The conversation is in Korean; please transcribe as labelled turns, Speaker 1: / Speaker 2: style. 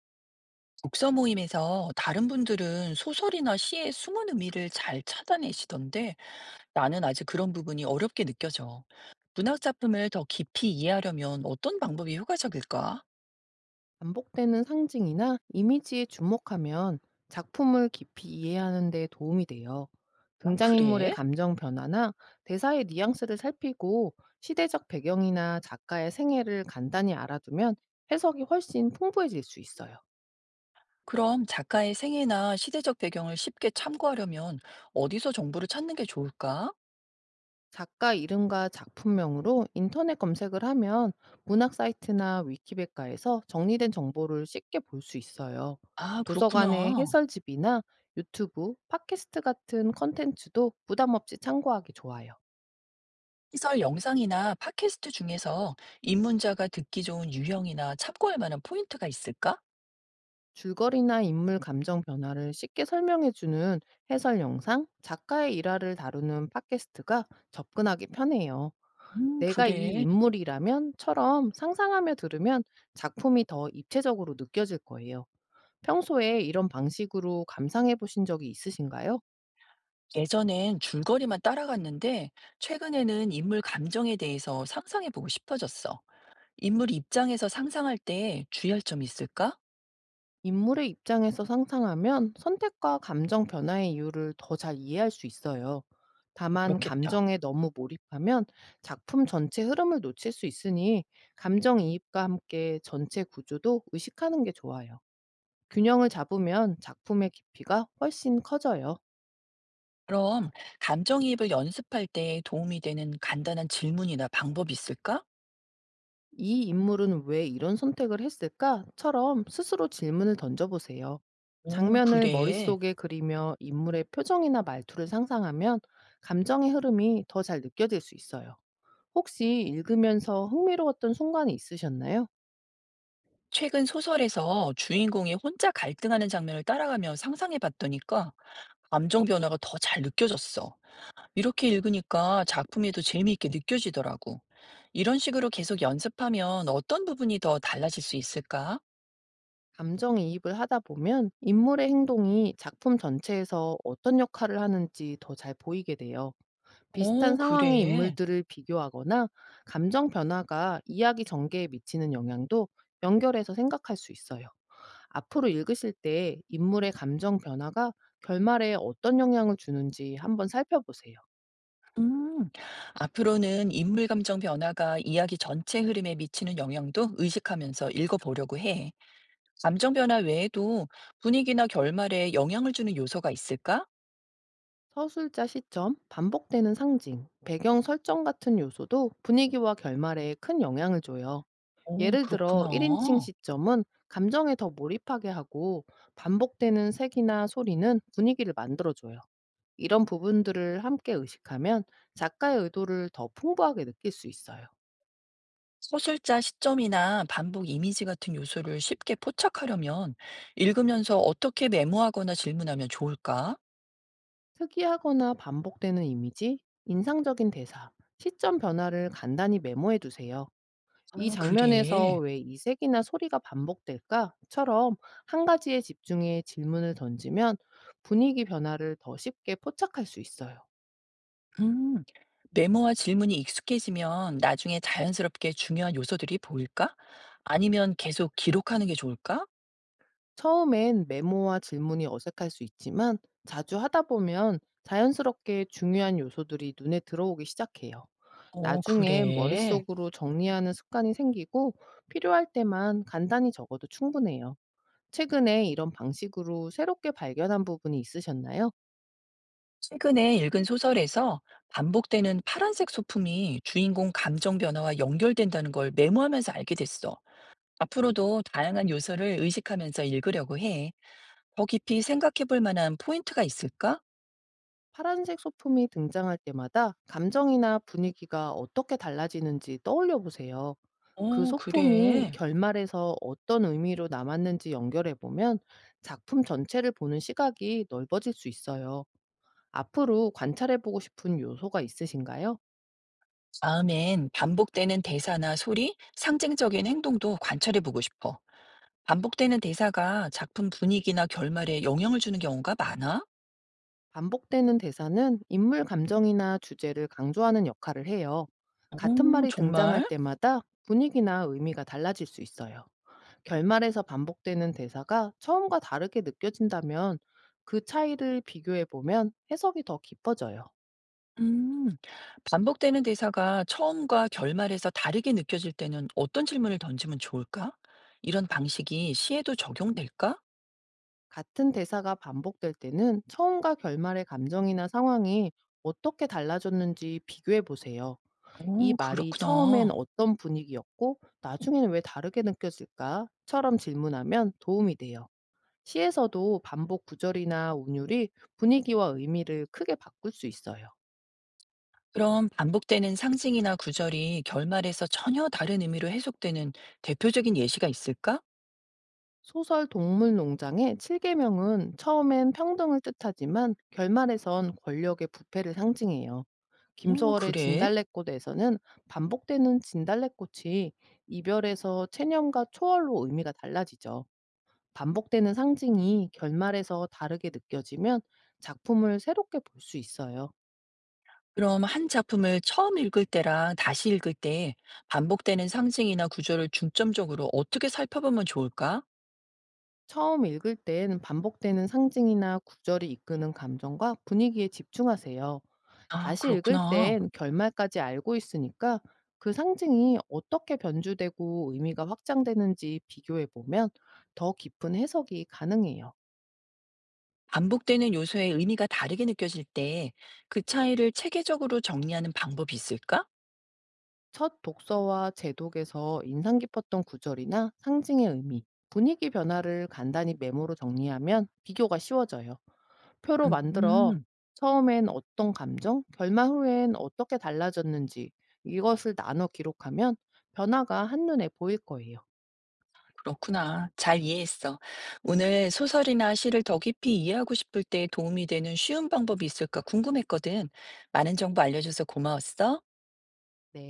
Speaker 1: 독서 모임에서 다른 분들은 소설이나 시의 숨은 의미를 잘 찾아내시던데 나는 아직 그런 부분이 어렵게 느껴져. 문학 작품을 더 깊이 이해하려면 어떤 방법이 효과적일까?
Speaker 2: 반복되는 상징이나 이미지에 주목하면 작품을 깊이 이해하는 데 도움이 돼요.
Speaker 1: 아,
Speaker 2: 등장인물의
Speaker 1: 그래?
Speaker 2: 감정 변화나 대사의 뉘앙스를 살피고 시대적 배경이나 작가의 생애를 간단히 알아두면 해석이 훨씬 풍부해질 수 있어요.
Speaker 1: 그럼 작가의 생애나 시대적 배경을 쉽게 참고하려면 어디서 정보를 찾는 게 좋을까?
Speaker 2: 작가 이름과 작품명으로 인터넷 검색을 하면 문학 사이트나 위키백과에서 정리된 정보를 쉽게 볼 수 있어요.
Speaker 1: 아,
Speaker 2: 도서관의
Speaker 1: 그렇구나.
Speaker 2: 해설집이나 유튜브, 팟캐스트 같은 컨텐츠도 부담 없이 참고하기 좋아요.
Speaker 1: 시설 영상이나 팟캐스트 중에서 입문자가 듣기 좋은 유형이나 참고할 만한 포인트가 있을까?
Speaker 2: 줄거리나 인물 감정 변화를 쉽게 설명해주는 해설 영상, 작가의 일화를 다루는 팟캐스트가 접근하기 편해요. 내가 이
Speaker 1: 그래.
Speaker 2: 인물이라면처럼 상상하며 들으면 작품이 더 입체적으로 느껴질 거예요. 평소에 이런 방식으로 감상해 보신 적이 있으신가요?
Speaker 1: 예전엔 줄거리만 따라갔는데 최근에는 인물 감정에 대해서 상상해 보고 싶어졌어. 인물 입장에서 상상할 때 주의할 점이 있을까?
Speaker 2: 인물의 입장에서 상상하면 선택과 감정 변화의 이유를 더 잘 이해할 수 있어요.
Speaker 1: 아,
Speaker 2: 다만
Speaker 1: 그렇겠다.
Speaker 2: 감정에 너무 몰입하면 작품 전체 흐름을 놓칠 수 있으니 감정 이입과 함께 전체 구조도 의식하는 게 좋아요. 균형을 잡으면 작품의 깊이가 훨씬 커져요.
Speaker 1: 그럼 감정이입을 연습할 때 도움이 되는 간단한 질문이나 방법이 있을까?
Speaker 2: "이 인물은 왜 이런 선택을 했을까?"처럼 스스로 질문을 던져보세요.
Speaker 1: 오,
Speaker 2: 장면을
Speaker 1: 그래.
Speaker 2: 머릿속에 그리며 인물의 표정이나 말투를 상상하면 감정의 흐름이 더 잘 느껴질 수 있어요. 혹시 읽으면서 흥미로웠던 순간이 있으셨나요?
Speaker 1: 최근 소설에서 주인공이 혼자 갈등하는 장면을 따라가며 상상해 봤더니까 감정 변화가 더 잘 느껴졌어. 이렇게 읽으니까 작품이 더 재미있게 느껴지더라고. 이런 식으로 계속 연습하면 어떤 부분이 더 달라질 수 있을까?
Speaker 2: 감정이입을 하다 보면 인물의 행동이 작품 전체에서 어떤 역할을 하는지 더 잘 보이게 돼요. 비슷한
Speaker 1: 어,
Speaker 2: 상황의
Speaker 1: 그래.
Speaker 2: 인물들을 비교하거나 감정 변화가 이야기 전개에 미치는 영향도 연결해서 생각할 수 있어요. 앞으로 읽으실 때 인물의 감정 변화가 결말에 어떤 영향을 주는지 한번 살펴보세요.
Speaker 1: 음, 앞으로는 인물 감정 변화가 이야기 전체 흐름에 미치는 영향도 의식하면서 읽어보려고 해. 감정 변화 외에도 분위기나 결말에 영향을 주는 요소가 있을까?
Speaker 2: 서술자 시점, 반복되는 상징, 배경 설정 같은 요소도 분위기와 결말에 큰 영향을 줘요.
Speaker 1: 오,
Speaker 2: 예를
Speaker 1: 그렇구나.
Speaker 2: 들어 1인칭 시점은 감정에 더 몰입하게 하고 반복되는 색이나 소리는 분위기를 만들어줘요. 이런 부분들을 함께 의식하면 작가의 의도를 더 풍부하게 느낄 수 있어요.
Speaker 1: 서술자 시점이나 반복 이미지 같은 요소를 쉽게 포착하려면 읽으면서 어떻게 메모하거나 질문하면 좋을까?
Speaker 2: 특이하거나 반복되는 이미지, 인상적인 대사, 시점 변화를 간단히 메모해 두세요. 이
Speaker 1: 아,
Speaker 2: 장면에서
Speaker 1: 그래.
Speaker 2: 왜 이색이나 소리가 반복될까?처럼 한 가지에 집중해 질문을 던지면 분위기 변화를 더 쉽게 포착할 수 있어요.
Speaker 1: 음, 메모와 질문이 익숙해지면 나중에 자연스럽게 중요한 요소들이 보일까? 아니면 계속 기록하는 게 좋을까?
Speaker 2: 처음엔 메모와 질문이 어색할 수 있지만 자주 하다 보면 자연스럽게 중요한 요소들이 눈에 들어오기 시작해요.
Speaker 1: 어,
Speaker 2: 나중에
Speaker 1: 그래.
Speaker 2: 머릿속으로 정리하는 습관이 생기고 필요할 때만 간단히 적어도 충분해요. 최근에 이런 방식으로 새롭게 발견한 부분이 있으셨나요?
Speaker 1: 최근에 읽은 소설에서 반복되는 파란색 소품이 주인공 감정 변화와 연결된다는 걸 메모하면서 알게 됐어. 앞으로도 다양한 요소를 의식하면서 읽으려고 해. 더 깊이 생각해 볼 만한 포인트가 있을까?
Speaker 2: 파란색 소품이 등장할 때마다 감정이나 분위기가 어떻게 달라지는지 떠올려 보세요. 그
Speaker 1: 어,
Speaker 2: 소품이
Speaker 1: 그래.
Speaker 2: 결말에서 어떤 의미로 남았는지 연결해 보면 작품 전체를 보는 시각이 넓어질 수 있어요. 앞으로 관찰해 보고 싶은 요소가 있으신가요?
Speaker 1: 다음엔 반복되는 대사나 소리, 상징적인 행동도 관찰해 보고 싶어. 반복되는 대사가 작품 분위기나 결말에 영향을 주는 경우가 많아?
Speaker 2: 반복되는 대사는 인물 감정이나 주제를 강조하는 역할을 해요. 같은
Speaker 1: 오,
Speaker 2: 말이 등장할
Speaker 1: 정말?
Speaker 2: 때마다 분위기나 의미가 달라질 수 있어요. 결말에서 반복되는 대사가 처음과 다르게 느껴진다면 그 차이를 비교해 보면 해석이 더 깊어져요.
Speaker 1: 음, 반복되는 대사가 처음과 결말에서 다르게 느껴질 때는 어떤 질문을 던지면 좋을까? 이런 방식이 시에도 적용될까?
Speaker 2: 같은 대사가 반복될 때는 처음과 결말의 감정이나 상황이 어떻게 달라졌는지 비교해 보세요. 이
Speaker 1: 오,
Speaker 2: 말이 처음엔
Speaker 1: 그렇구나.
Speaker 2: 어떤 분위기였고 나중에는 왜 다르게 느껴질까?"처럼 질문하면 도움이 돼요. 시에서도 반복 구절이나 운율이 분위기와 의미를 크게 바꿀 수 있어요.
Speaker 1: 그럼 반복되는 상징이나 구절이 결말에서 전혀 다른 의미로 해석되는 대표적인 예시가 있을까?
Speaker 2: 소설 동물농장의 7계명은 처음엔 평등을 뜻하지만 결말에선 권력의 부패를 상징해요.
Speaker 1: 어,
Speaker 2: 김소월의
Speaker 1: 그래?
Speaker 2: 진달래꽃에서는 반복되는 진달래꽃이 이별에서 체념과 초월로 의미가 달라지죠. 반복되는 상징이 결말에서 다르게 느껴지면 작품을 새롭게 볼 수 있어요.
Speaker 1: 그럼 한 작품을 처음 읽을 때랑 다시 읽을 때 반복되는 상징이나 구절을 중점적으로 어떻게 살펴보면 좋을까?
Speaker 2: 처음 읽을 땐 반복되는 상징이나 구절이 이끄는 감정과 분위기에 집중하세요.
Speaker 1: 아,
Speaker 2: 다시 읽을
Speaker 1: 그렇구나.
Speaker 2: 땐 결말까지 알고 있으니까 그 상징이 어떻게 변주되고 의미가 확장되는지 비교해 보면 더 깊은 해석이 가능해요.
Speaker 1: 반복되는 요소의 의미가 다르게 느껴질 때 그 차이를 체계적으로 정리하는 방법이 있을까?
Speaker 2: 첫 독서와 제독에서 인상 깊었던 구절이나 상징의 의미, 분위기 변화를 간단히 메모로 정리하면 비교가 쉬워져요. 표로 만들어
Speaker 1: 음.
Speaker 2: 처음엔 어떤 감정, 결말 후엔 어떻게 달라졌는지 이것을 나눠 기록하면 변화가 한눈에 보일 거예요.
Speaker 1: 그렇구나. 잘 이해했어. 오늘 소설이나 시를 더 깊이 이해하고 싶을 때 도움이 되는 쉬운 방법이 있을까 궁금했거든. 많은 정보 알려줘서 고마웠어.
Speaker 2: 네.